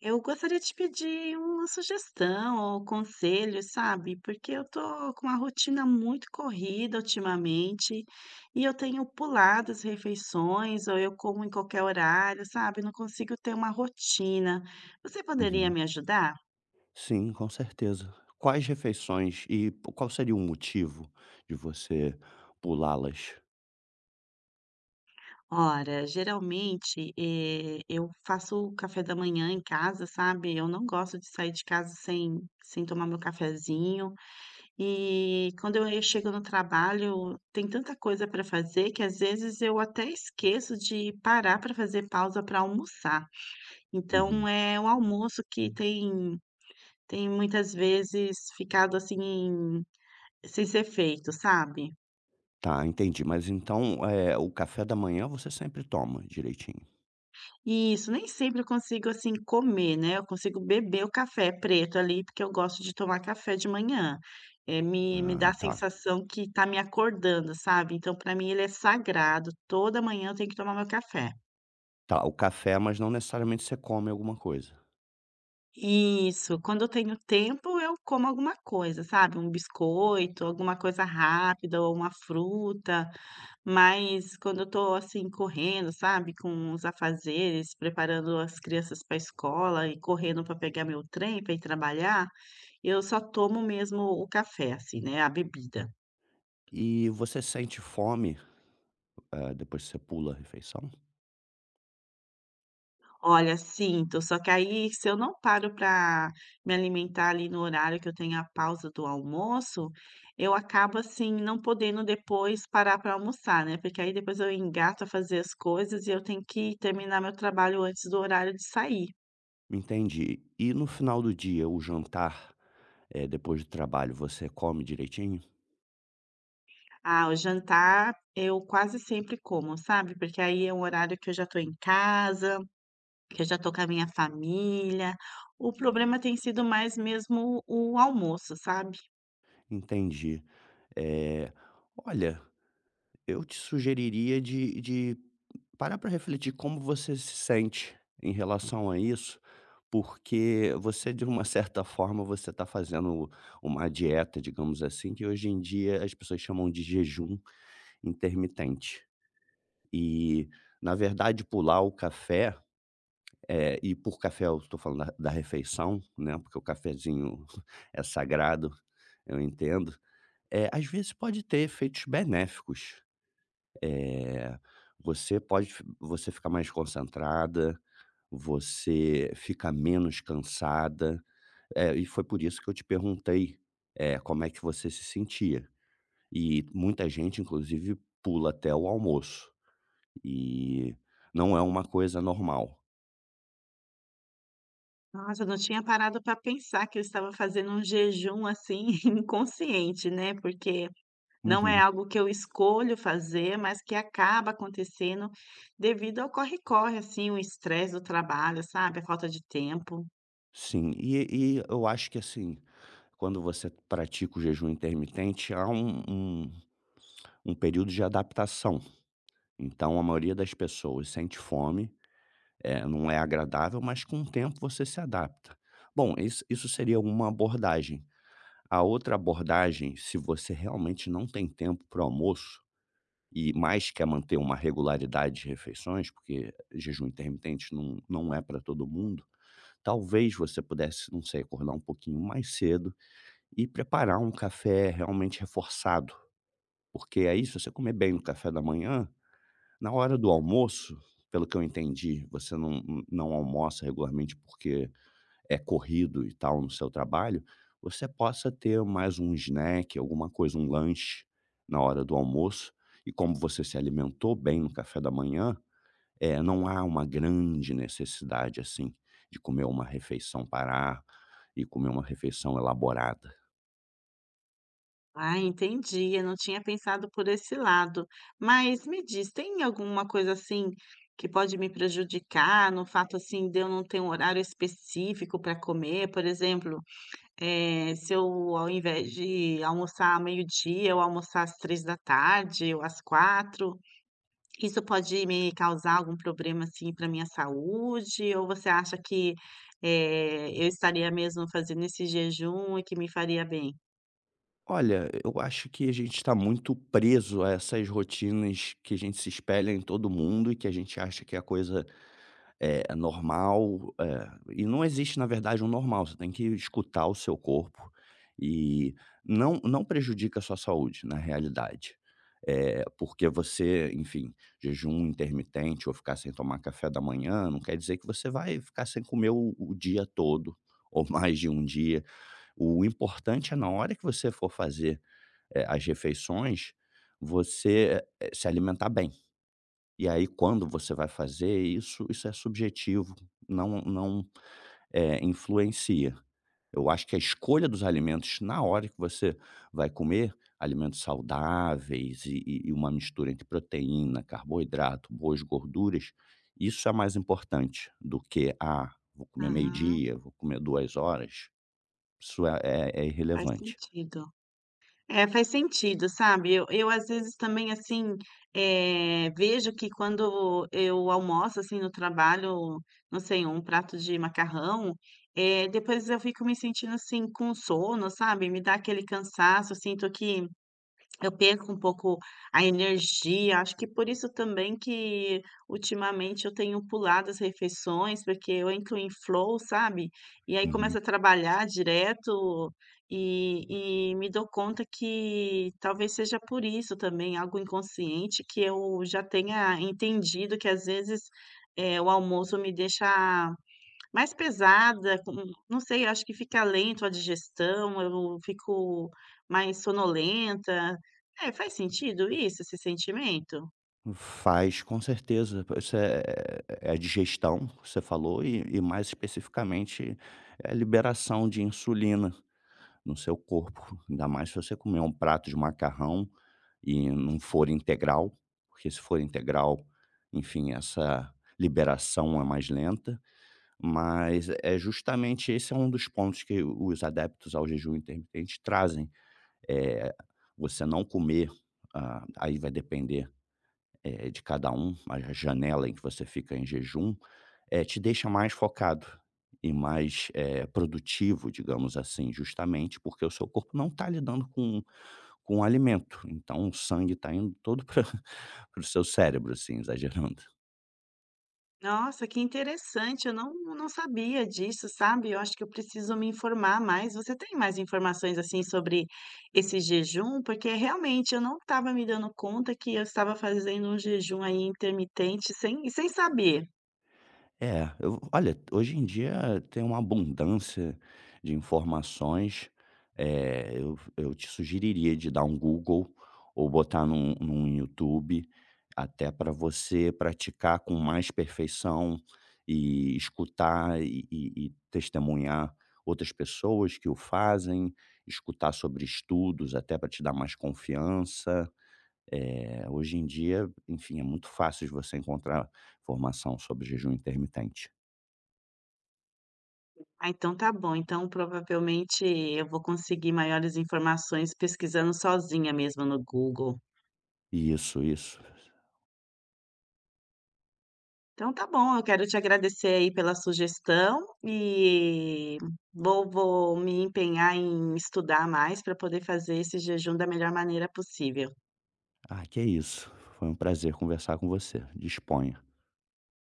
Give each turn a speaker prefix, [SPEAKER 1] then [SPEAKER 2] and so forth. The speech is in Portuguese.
[SPEAKER 1] Eu gostaria de te pedir uma sugestão ou conselho, sabe? Porque eu tô com uma rotina muito corrida ultimamente e eu tenho pulado as refeições ou eu como em qualquer horário, sabe? Não consigo ter uma rotina. Você poderia
[SPEAKER 2] Uhum.
[SPEAKER 1] me ajudar?
[SPEAKER 2] Sim, com certeza. Quais refeições e po qual seria o motivo de você pulá-las?
[SPEAKER 1] Ora, geralmente eu faço o café da manhã em casa, sabe? Eu não gosto de sair de casa sem tomar meu cafezinho. E quando eu chego no trabalho, tem tanta coisa para fazer que às vezes eu até esqueço de parar para fazer pausa para almoçar. Então
[SPEAKER 2] Uhum.
[SPEAKER 1] é um almoço que tem muitas vezes ficado assim sem ser feito, sabe?
[SPEAKER 2] Tá, entendi. Mas então, o café da manhã você sempre toma direitinho?
[SPEAKER 1] Isso, nem sempre eu consigo, assim, comer, né, eu consigo beber o café preto ali, porque eu gosto de tomar café de manhã. É me
[SPEAKER 2] Ah,
[SPEAKER 1] dá a
[SPEAKER 2] tá.
[SPEAKER 1] sensação que tá me acordando, sabe, então para mim ele é sagrado, toda manhã eu tenho que tomar meu café.
[SPEAKER 2] Tá, o café, mas não necessariamente você come alguma coisa.
[SPEAKER 1] Isso, quando eu tenho tempo eu como alguma coisa, sabe, um biscoito, alguma coisa rápida ou uma fruta. Mas quando eu tô, assim, correndo, sabe, com os afazeres, preparando as crianças pra escola e correndo para pegar meu trem para ir trabalhar, eu só tomo mesmo o café, assim, né, a bebida.
[SPEAKER 2] E você sente fome, depois que você pula a refeição?
[SPEAKER 1] Olha, sinto, só que aí se eu não paro para me alimentar ali no horário que eu tenho a pausa do almoço, eu acabo, assim, não podendo depois parar para almoçar, né, porque aí depois eu engato a fazer as coisas e eu tenho que terminar meu trabalho antes do horário de sair.
[SPEAKER 2] Entendi. E no final do dia, o jantar, depois do trabalho, você come direitinho?
[SPEAKER 1] Ah, o jantar eu quase sempre como, sabe, porque aí é um horário que eu já estou em casa, que eu já estou com a minha família. O problema tem sido mais mesmo o almoço, sabe.
[SPEAKER 2] Entendi. Eh, olha, eu te sugeriria de parar para refletir como você se sente em relação a isso, porque você, de uma certa forma, você está fazendo uma dieta, digamos assim, que hoje em dia as pessoas chamam de jejum intermitente. E, na verdade, pular o café, e por café eu estou falando da refeição, né, porque o cafezinho é sagrado, eu entendo, é às vezes pode ter efeitos benéficos. Eh, você pode f você ficar mais concentrada, você fica menos cansada. E foi por isso que eu te perguntei, como é que você se sentia. E muita gente, inclusive, pula até o almoço, e não é uma coisa normal.
[SPEAKER 1] Nossa, eu não tinha parado para pensar que eu estava fazendo um jejum, assim, inconsciente, né, porque não é
[SPEAKER 2] Uhum.
[SPEAKER 1] algo que eu escolho fazer, mas que acaba acontecendo devido ao corre-corre, assim, o estresse do trabalho, sabe, a falta de tempo.
[SPEAKER 2] Sim, e eu acho que, assim, quando você pratica o jejum intermitente, há um um período de adaptação. Então a maioria das pessoas sente fome, não é agradável, mas com o tempo você se adapta. Bom, isso seria uma abordagem. A outra abordagem, se você realmente não tem tempo para o almoço e mais quer manter uma regularidade de refeições, porque jejum intermitente não é para todo mundo, talvez você pudesse, não sei, acordar um pouquinho mais cedo e preparar um café realmente reforçado, porque aí se você comer bem no café da manhã, na hora do almoço, pelo que eu entendi, você não almoça regularmente, porque é corrido e tal no seu trabalho, você possa ter mais um snack, alguma coisa, um lanche na hora do almoço. E como você se alimentou bem no café da manhã, não há uma grande necessidade, assim, de comer uma refeição, parar e comer uma refeição elaborada.
[SPEAKER 1] Ah, entendi. Eu não tinha pensado por esse lado. Mas me diz, tem alguma coisa assim que pode me prejudicar no fato assim de eu não ter um horário específico para comer? Por exemplo, se eu ao invés de almoçar ao meio-dia, eu almoçar às 3 da tarde ou às 4, isso pode me causar algum problema assim para minha saúde? Ou você acha que eu estaria mesmo fazendo esse jejum e que me faria bem?
[SPEAKER 2] Olha, eu acho que a gente está muito preso a essas rotinas que a gente se espelha em todo mundo e que a gente acha que é a coisa é, é normal. É, e não existe, na verdade, um normal. Você tem que escutar o seu corpo e não, não prejudica a sua saúde, na realidade. É, porque você, enfim, jejum intermitente ou ficar sem tomar café da manhã, não quer dizer que você vai ficar sem comer o dia todo ou mais de um dia. O importante é na hora que você for fazer, as refeições, você, se alimentar bem. E aí quando você vai fazer isso, isso é subjetivo, não não, influencia. Eu acho que a escolha dos alimentos na hora que você vai comer, alimentos saudáveis e e uma mistura entre proteína, carboidrato, boas gorduras, isso é mais importante do que: "Ah, vou comer
[SPEAKER 1] Ah,
[SPEAKER 2] meio-dia, vou comer duas horas". Isso é é
[SPEAKER 1] faz
[SPEAKER 2] irrelevante.
[SPEAKER 1] sentido. É, faz sentido, sabe? Eu às vezes também assim vejo que quando eu almoço assim no trabalho, não sei, um prato de macarrão, depois eu fico me sentindo assim com sono, sabe? Me dá aquele cansaço, eu sinto que eu perco um pouco a energia, acho que por isso também que ultimamente eu tenho pulado as refeições, porque eu entro em flow, sabe? E aí começo
[SPEAKER 2] Uhum.
[SPEAKER 1] a trabalhar direto e, me dou conta que talvez seja por isso também, algo inconsciente, que eu já tenha entendido que às vezes o almoço me deixa mais pesada, com não sei, acho que fica lento a digestão, eu fico mais sonolenta. É, faz sentido isso, esse sentimento?
[SPEAKER 2] Faz, com certeza. Isso é é digestão, você falou, e mais especificamente é liberação de insulina no seu corpo. Ainda mais se você comer um prato de macarrão e não for integral, porque se for integral, enfim, essa liberação é mais lenta. Mas é justamente esse é um dos pontos que os adeptos ao jejum intermitente trazem, é você não comer, ah, aí vai depender de cada um, a janela em que você fica em jejum, te deixa mais focado e mais, produtivo, digamos assim, justamente porque o seu corpo não está lidando com o alimento, então o sangue está indo todo pra para o seu cérebro, assim, exagerando.
[SPEAKER 1] Nossa, que interessante, eu não sabia disso, sabe. Eu acho que eu preciso me informar mais. Você tem mais informações, assim, sobre esse jejum? Porque realmente eu não estava me dando conta que eu estava fazendo um jejum aí intermitente sem saber.
[SPEAKER 2] É, eu olha, hoje em dia tem uma abundância de informações, eu te sugeriria de dar um Google ou botar num YouTube, até para você praticar com mais perfeição e escutar e e testemunhar outras pessoas que o fazem, escutar sobre estudos até para te dar mais confiança. Hoje em dia, enfim, é muito fácil de você encontrar informação sobre jejum intermitente.
[SPEAKER 1] Ah, então tá bom. Então, provavelmente, eu vou conseguir maiores informações pesquisando sozinha mesmo no Google.
[SPEAKER 2] Isso, isso.
[SPEAKER 1] Então tá bom, eu quero te agradecer aí pela sugestão e vou me empenhar em estudar mais para poder fazer esse jejum da melhor maneira possível.
[SPEAKER 2] Ah, que é isso. Foi um prazer conversar com você. Disponha.